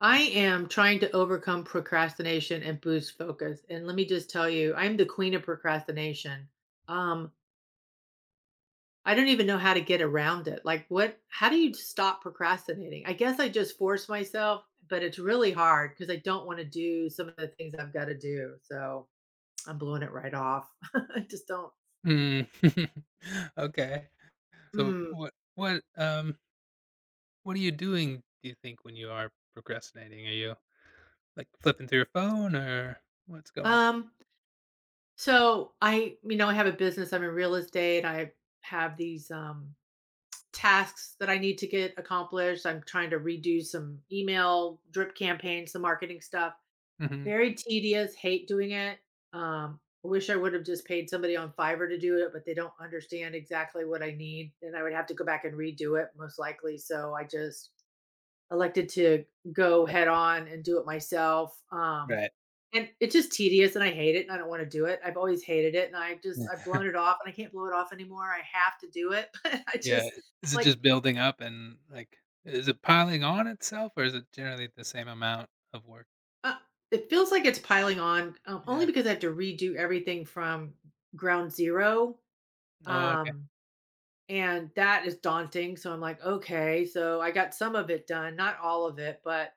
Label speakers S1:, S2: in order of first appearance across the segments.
S1: I am trying to overcome procrastination and boost focus. And let me just tell you, I'm the queen of procrastination. Um, I don't even know how to get around it. Like, what, how do you stop procrastinating? I guess I just force myself, but it's really hard because I don't want to do some of the things I've got to do. So I'm blowing it right off. I just don't.
S2: Mm. Okay. So
S1: Mm.
S2: what what are you doing do you think when you are procrastinating? Are you like flipping through your phone or what's going on?
S1: Um, so I have a business. I'm in real estate. I have these tasks that I need to get accomplished. I'm trying to redo some email drip campaigns, some marketing stuff.
S2: Hmm.
S1: Very tedious, hate doing it. Um, I wish I would have just paid somebody on Fiverr to do it, but they don't understand exactly what I need. And I would have to go back and redo it most likely. So I just elected to go head on and do it myself. Um,
S2: Right.
S1: and it's just tedious and I hate it and I don't want to do it. I've always hated it and I just, I've blown it off and I can't blow it off anymore. I have to do it. But I
S2: Yeah.
S1: just,
S2: Is it
S1: like
S2: just building up and like is it piling on itself or is it generally the same amount of work?
S1: Uh, it feels like it's piling on, only
S2: Yeah.
S1: because I have to redo everything from ground zero.
S2: Oh, okay.
S1: Um, and that is daunting. So I'm like, okay, so I got some of it done, not all of it, but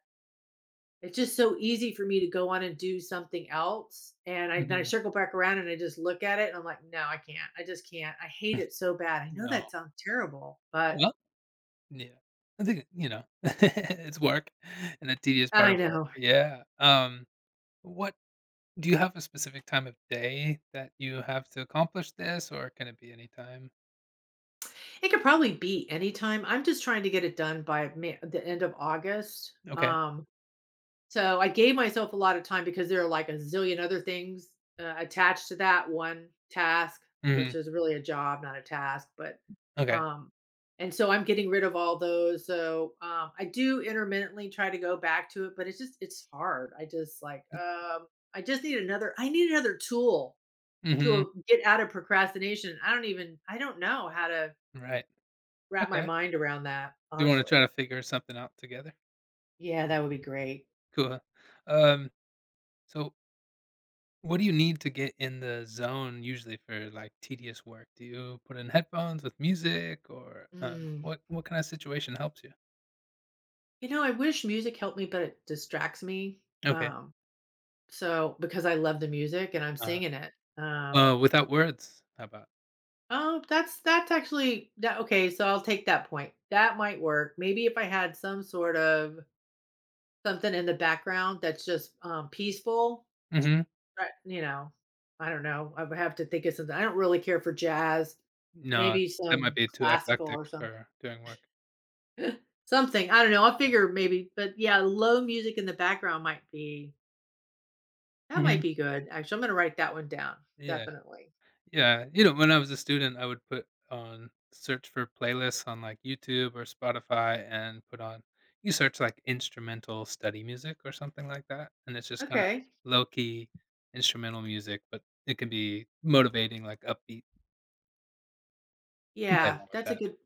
S1: it's just so easy for me to go on and do something else. And I then I
S2: Hmm.
S1: circle back around and I just look at it and I'm like, no, I can't. I just can't. I hate it so bad. I know
S2: No.
S1: that sounds terrible, but
S2: Well, yeah. I think it's work and the tedious part
S1: I
S2: of work.
S1: know.
S2: Yeah. What, do you have a specific time of day that you have to accomplish this, or can it be any time?
S1: It could probably be anytime. I'm just trying to get it done by May, the end of August.
S2: Okay.
S1: So I gave myself a lot of time because there are like a zillion other things attached to that one task, which
S2: Mhm.
S1: is really a job, not a task. But,
S2: Okay.
S1: um, and so I'm getting rid of all those. So I do intermittently try to go back to it, but it's hard. I just need another, I need another tool
S2: Mhm.
S1: to get out of procrastination. I don't know how to
S2: Right.
S1: wrap my
S2: Okay.
S1: mind around that,
S2: Do you wanna try
S1: honestly.
S2: to figure something out together?
S1: Yeah, that would be great.
S2: Cool. Um, so what do you need to get in the zone usually for, like, tedious work? Do you put in headphones with music or,
S1: Mm.
S2: what kinda situation helps you?
S1: You know, I wish music helped me, but it distracts me.
S2: Okay.
S1: Um, so because I love the music and I'm
S2: Uh,
S1: singing it. Um,
S2: Without words, how about?
S1: oh, that's actually that okay, so I'll take that point. That might work. Maybe if I had some sort of something in the background that's just peaceful,
S2: Mhm.
S1: right, I don't know. I would have to think of something. I don't really care for jazz,
S2: No,
S1: maybe
S2: that might
S1: some
S2: be too
S1: classical
S2: eclectic
S1: or something.
S2: for doing work.
S1: Something. I don't know. I'll figure maybe, but yeah, low music in the background might be That might
S2: Mhm.
S1: be good, actually. I'm gonna write that one down,
S2: Yeah.
S1: definitely.
S2: Yeah, you know, when I was a student, I would put on search for playlists on like YouTube or Spotify and put on, you search like instrumental study music or something like that, and it's just kind of
S1: Okay.
S2: low key instrumental music, but it can be motivating, like upbeat. Can play
S1: Yeah,
S2: around with
S1: that's a
S2: that.
S1: good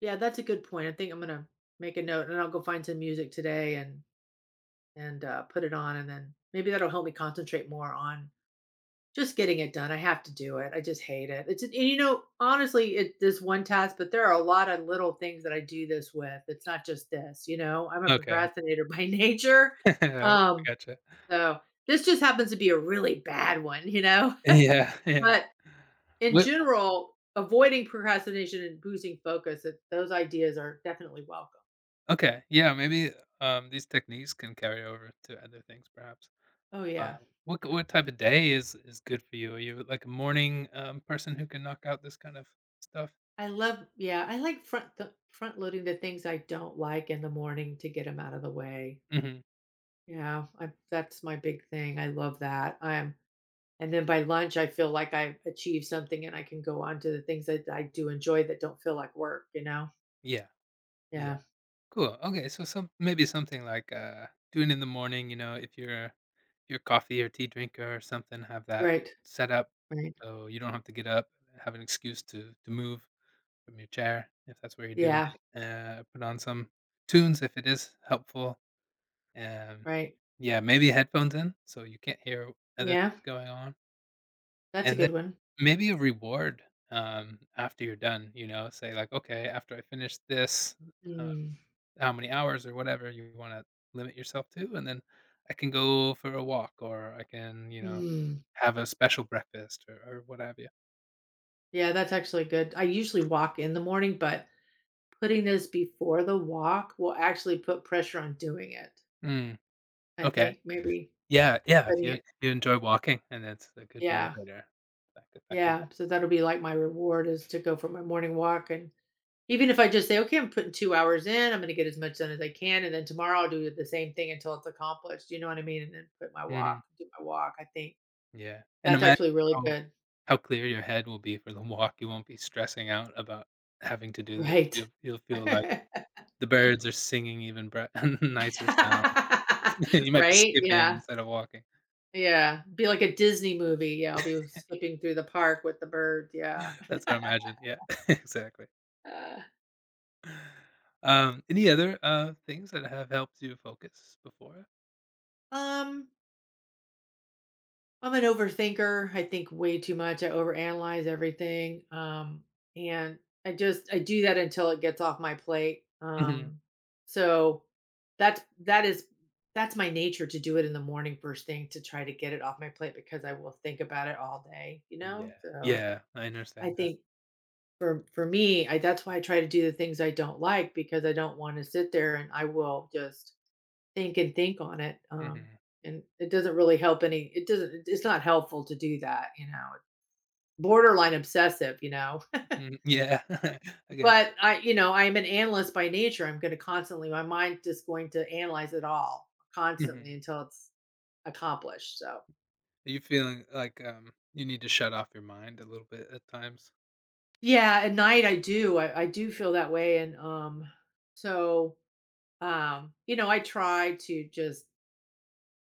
S1: yeah, that's a good point. I think I'm gonna make a note, and I'll go find some music today, and put it on, and then maybe that'll help me concentrate more on just getting it done. I have to do it, I just hate it. It's and, you know, Honestly, it this one task, but there are a lot of little things that I do this with. It's not just this, you know? I'm a
S2: Okay.
S1: procrastinator by nature,
S2: I
S1: um,
S2: gotcha.
S1: so this just happens to be a really bad one, you know?
S2: Yeah, yeah.
S1: But in
S2: What?
S1: general, avoiding procrastination and boosting focus, that those ideas are definitely welcome.
S2: Okay, yeah. Maybe, these techniques can carry over to other things, perhaps.
S1: Oh,
S2: Uh,
S1: yeah.
S2: what k
S1: Yeah.
S2: what type of day is good for you? Are you, like, a morning, person who can knock out this kind of stuff?
S1: I like front the front loading the things I don't like in the morning to get them out of the way.
S2: Mhm.
S1: Yeah, I that's my big thing. I love that. I'm and then by lunch, I feel like I've achieved something and I can go on to the things that I do enjoy that don't feel like work, you know?
S2: Yeah,
S1: Yeah.
S2: yeah. Cool, okay, so some, maybe something like, doing in the morning, you know, if you're a coffee or tea drinker or something, have that
S1: Right.
S2: set up
S1: Right.
S2: so you don't have to get up, have an excuse to move from your chair if that's where you're doing
S1: Yeah.
S2: it. Put on some tunes if it is helpful, um,
S1: Right.
S2: yeah, maybe headphones in so you can't hear other
S1: Yeah.
S2: things going on.
S1: That's a
S2: And then
S1: good one.
S2: maybe a reward, after you're done, you know, say like, "Okay, after I finish this, uh,
S1: Mm.
S2: how many hours," or whatever you wanna limit yourself to, and then I can go for a walk, or I can, you know,
S1: Mm.
S2: have a special breakfast or what have you.
S1: Yeah, that's actually good. I usually walk in the morning, but putting this before the walk will actually put pressure on doing it.
S2: Mm,
S1: I
S2: okay.
S1: think maybe
S2: Yeah, yeah, if
S1: putting
S2: you if
S1: it
S2: you enjoy walking, and that's a good
S1: Yeah,
S2: motivator. That could, that could.
S1: yeah. So that'll be like my reward is to go for my morning walk. And even if I just say, "Okay, I'm putting 2 hours in, I'm gonna get as much done as I can, and then tomorrow I'll do the same thing until it's accomplished." You know what I mean? And then put my walk,
S2: Mhm,
S1: do my walk. I think
S2: yeah, and
S1: that's
S2: imagine
S1: actually really
S2: how
S1: good.
S2: how clear your head will be for the walk, you won't be stressing out about having to do this.
S1: Right.
S2: You'll feel like, the birds are singing even bri nicer sounds. You might be
S1: Right?
S2: skipping
S1: Yeah.
S2: instead of walking.
S1: Yeah, be like a Disney movie. Yeah, I'll be skipping through the park with the bird. Yeah.
S2: That's what I imagine, yeah, exactly.
S1: Uh,
S2: Any other, things that have helped you focus before?
S1: um, I'm an overthinker. I think way too much. I overanalyze everything. And I just I do that until it gets off my plate.
S2: Mhm.
S1: So that's that is that's my nature to do it in the morning first thing to try to get it off my plate, because I will think about it all day, you know?
S2: Yeah.
S1: So
S2: Yeah, I
S1: I
S2: understand that.
S1: think for me, I that's why I try to do the things I don't like, because I don't want to sit there and I will just think and think on it. Um,
S2: Mhm.
S1: and it doesn't really help any. It doesn't. It's not helpful to do that. You know, borderline obsessive. You know,
S2: Mm, yeah, I get
S1: but
S2: you.
S1: I am an analyst by nature. I'm going to constantly. My mind just going to analyze it all constantly
S2: Mhm.
S1: until it's accomplished. So
S2: Are you feeling like, you need to shut off your mind a little bit at times?
S1: yeah, at night I do. I do feel that way, and so I try to just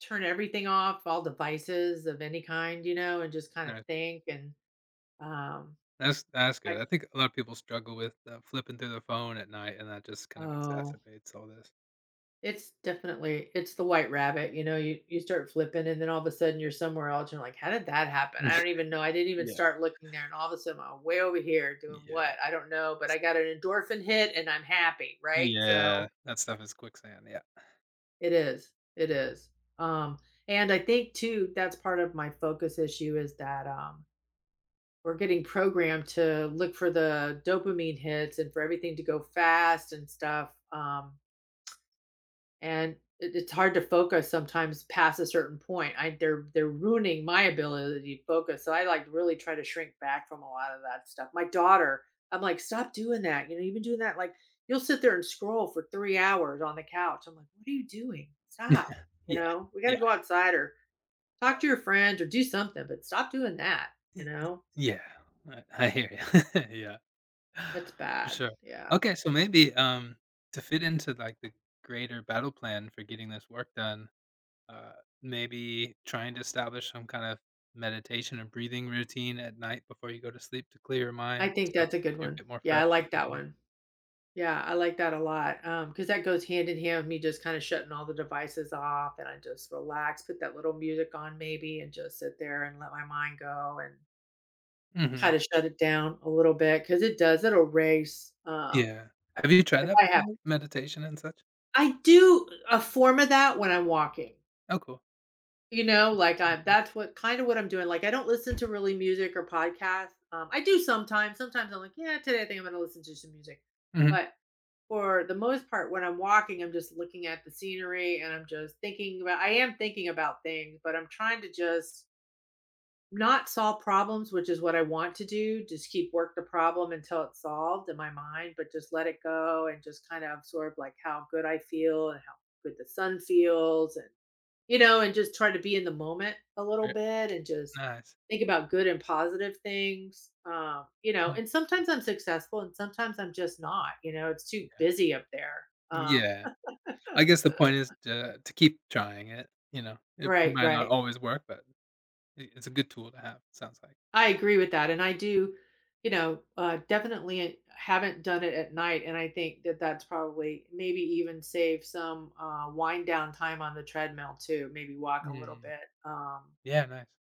S1: turn everything off, all devices of any kind, you know, and just kind of
S2: No.
S1: think and um
S2: That's good.
S1: I
S2: I think a lot of people struggle with, flipping through the phone at night, and that just kind of
S1: oh,
S2: exacerbates all this.
S1: it's definitely it's the white rabbit, you know. You start flipping and then all of a sudden you're somewhere else, you're like, how did that happen? I don't even know. I didn't even
S2: Yeah.
S1: start looking there and all of a sudden I'm way over here doing
S2: Yeah.
S1: what? I don't know, but I got an endorphin hit and I'm happy, right? So
S2: Yeah, that stuff is quicksand, yeah.
S1: it is. It is. Um and I think too that's part of my focus issue, is that we're getting programmed to look for the dopamine hits and for everything to go fast and stuff. And it's hard to focus sometimes past a certain point. I they're ruining my ability to focus. So I like really try to shrink back from a lot of that stuff. My daughter, I'm like, stop doing that. You know, you've been doing that. Like you'll sit there and scroll for 3 hours on the couch. I'm like, what are you doing? Stop. You
S2: Yeah,
S1: know, we got to
S2: yeah.
S1: go outside or talk to your friends or do something, but stop doing that. You
S2: Y-
S1: know,
S2: yeah, I hear you. Yeah,
S1: that's
S2: for
S1: bad.
S2: sure.
S1: Yeah.
S2: Okay, so maybe, to fit into, like, the greater battle plan for getting this work done, uh, maybe trying to establish some kind of meditation and breathing routine at night before you go to sleep to clear your
S1: I
S2: mind,
S1: think
S2: so
S1: that's a good
S2: you're
S1: one.
S2: a bit more
S1: Yeah,
S2: fresh
S1: I
S2: in
S1: like
S2: the
S1: that
S2: morning.
S1: one. Yeah, I like that a lot, because that goes hand in hand with me just kinda shutting all the devices off, and I just relax, put that little music on maybe, and just sit there and let my mind go and
S2: Mhm,
S1: kinda shut it down a little bit, because it does, it'll race,
S2: yeah. Have you tried
S1: if
S2: that
S1: I have
S2: before? Meditation and such?
S1: I do a form of that when I'm walking.
S2: Oh, cool.
S1: You know, like, I
S2: Mhm,
S1: that's what kind of what I'm doing. Like, I don't listen to really music or podcasts, I do sometimes. Sometimes I'm like, "Yeah, today I think I'm gonna listen to some music,"
S2: mhm,
S1: but for the most part, when I'm walking, I'm just looking at the scenery, and I'm just thinking about things, but I'm trying to just not solve problems, which is what I want to do, just keep work the problem until it's solved in my mind, but just let it go and just kind of absorb, like, how good I feel and how good the sun feels, and and just try to be in the moment a little
S2: yeah,
S1: bit and just
S2: nice.
S1: think about good and positive things. Um, you know,
S2: Mm,
S1: and sometimes I'm successful and sometimes I'm just not, you know, it's too
S2: yeah.
S1: busy up there.
S2: Yeah. I guess the point is to keep trying it, you know? It
S1: Right,
S2: might not
S1: right.
S2: always work, but I it's a good tool to have, sounds like.
S1: I agree with that. And I do, definitely haven't done it at night. And I think that that's probably maybe even save some wind down time on the treadmill too. Maybe walk a little
S2: Mm.
S1: bit um,
S2: Yeah, nice.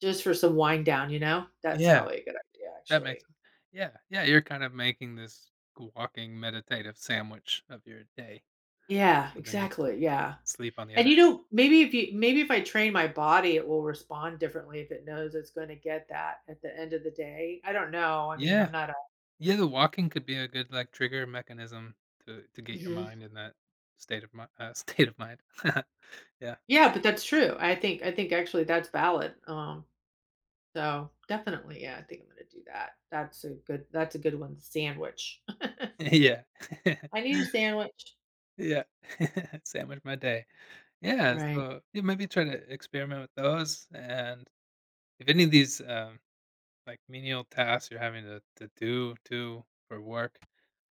S1: just for some wind down, you know? That's
S2: Yeah,
S1: probably a good idea,
S2: that makes,
S1: actually.
S2: yeah, yeah, you're kind of making this walking meditative sandwich of your day,
S1: Yeah,
S2: so then you can
S1: exactly, yeah.
S2: sleep on the
S1: And,
S2: other.
S1: you know, maybe if I train my body, it will respond differently if it knows it's gonna get that at the end of the day. I don't know, I mean, I'm
S2: Yeah.
S1: not a.
S2: Yeah, the walking could be a good, like, trigger mechanism to get your
S1: Mhm.
S2: mind in that state of mi state of mind. Yeah.
S1: Yeah, but that's true. I think actually that's valid, so definitely, yeah, I think I'm gonna do that. That's a good one, sandwich.
S2: Yeah.
S1: I need a sandwich.
S2: Yeah. Sandwich my day. Yeah,
S1: Right.
S2: so, yeah, maybe try to experiment with those, and if any of these, like, menial tasks you're having to do too for work,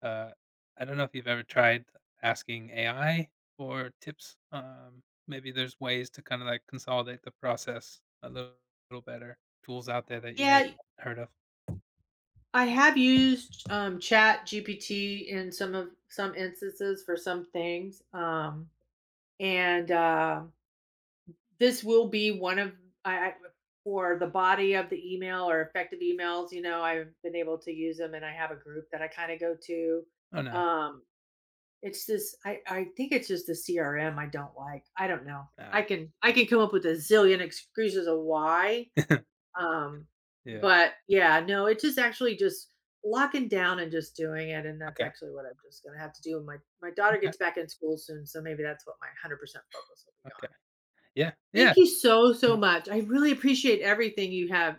S2: uh, I don't know if you've ever tried asking AI for tips, maybe there's ways to kinda, like, consolidate the process a little better, tools out there that you may have
S1: Yeah,
S2: not heard of.
S1: I have used, Chat GPT in some instances for some things, and this will be one of I for the body of the email or effective emails, you know. I've been able to use them and I have a group that I kind of go to.
S2: Oh, no.
S1: Um it's this I think it's just the CRM I don't like. I don't know. I
S2: Alright.
S1: can I
S2: Yeah.
S1: can come up with a zillion excuses of why. Um
S2: Yeah.
S1: but yeah, no, it's just actually just locking down and just doing it, and that's
S2: Okay,
S1: actually what I'm just going to have to do. My daughter
S2: okay,
S1: gets back in school soon, so maybe that's what my 100% focus will be on.
S2: okay. Yeah, yeah,
S1: Thank you so, so
S2: mm,
S1: much. I really appreciate everything you have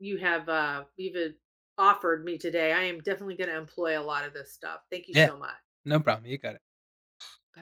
S1: you have uh even offered me today. I am definitely going to employ a lot of this stuff. Thank you
S2: yeah.
S1: so much.
S2: No problem, you got it.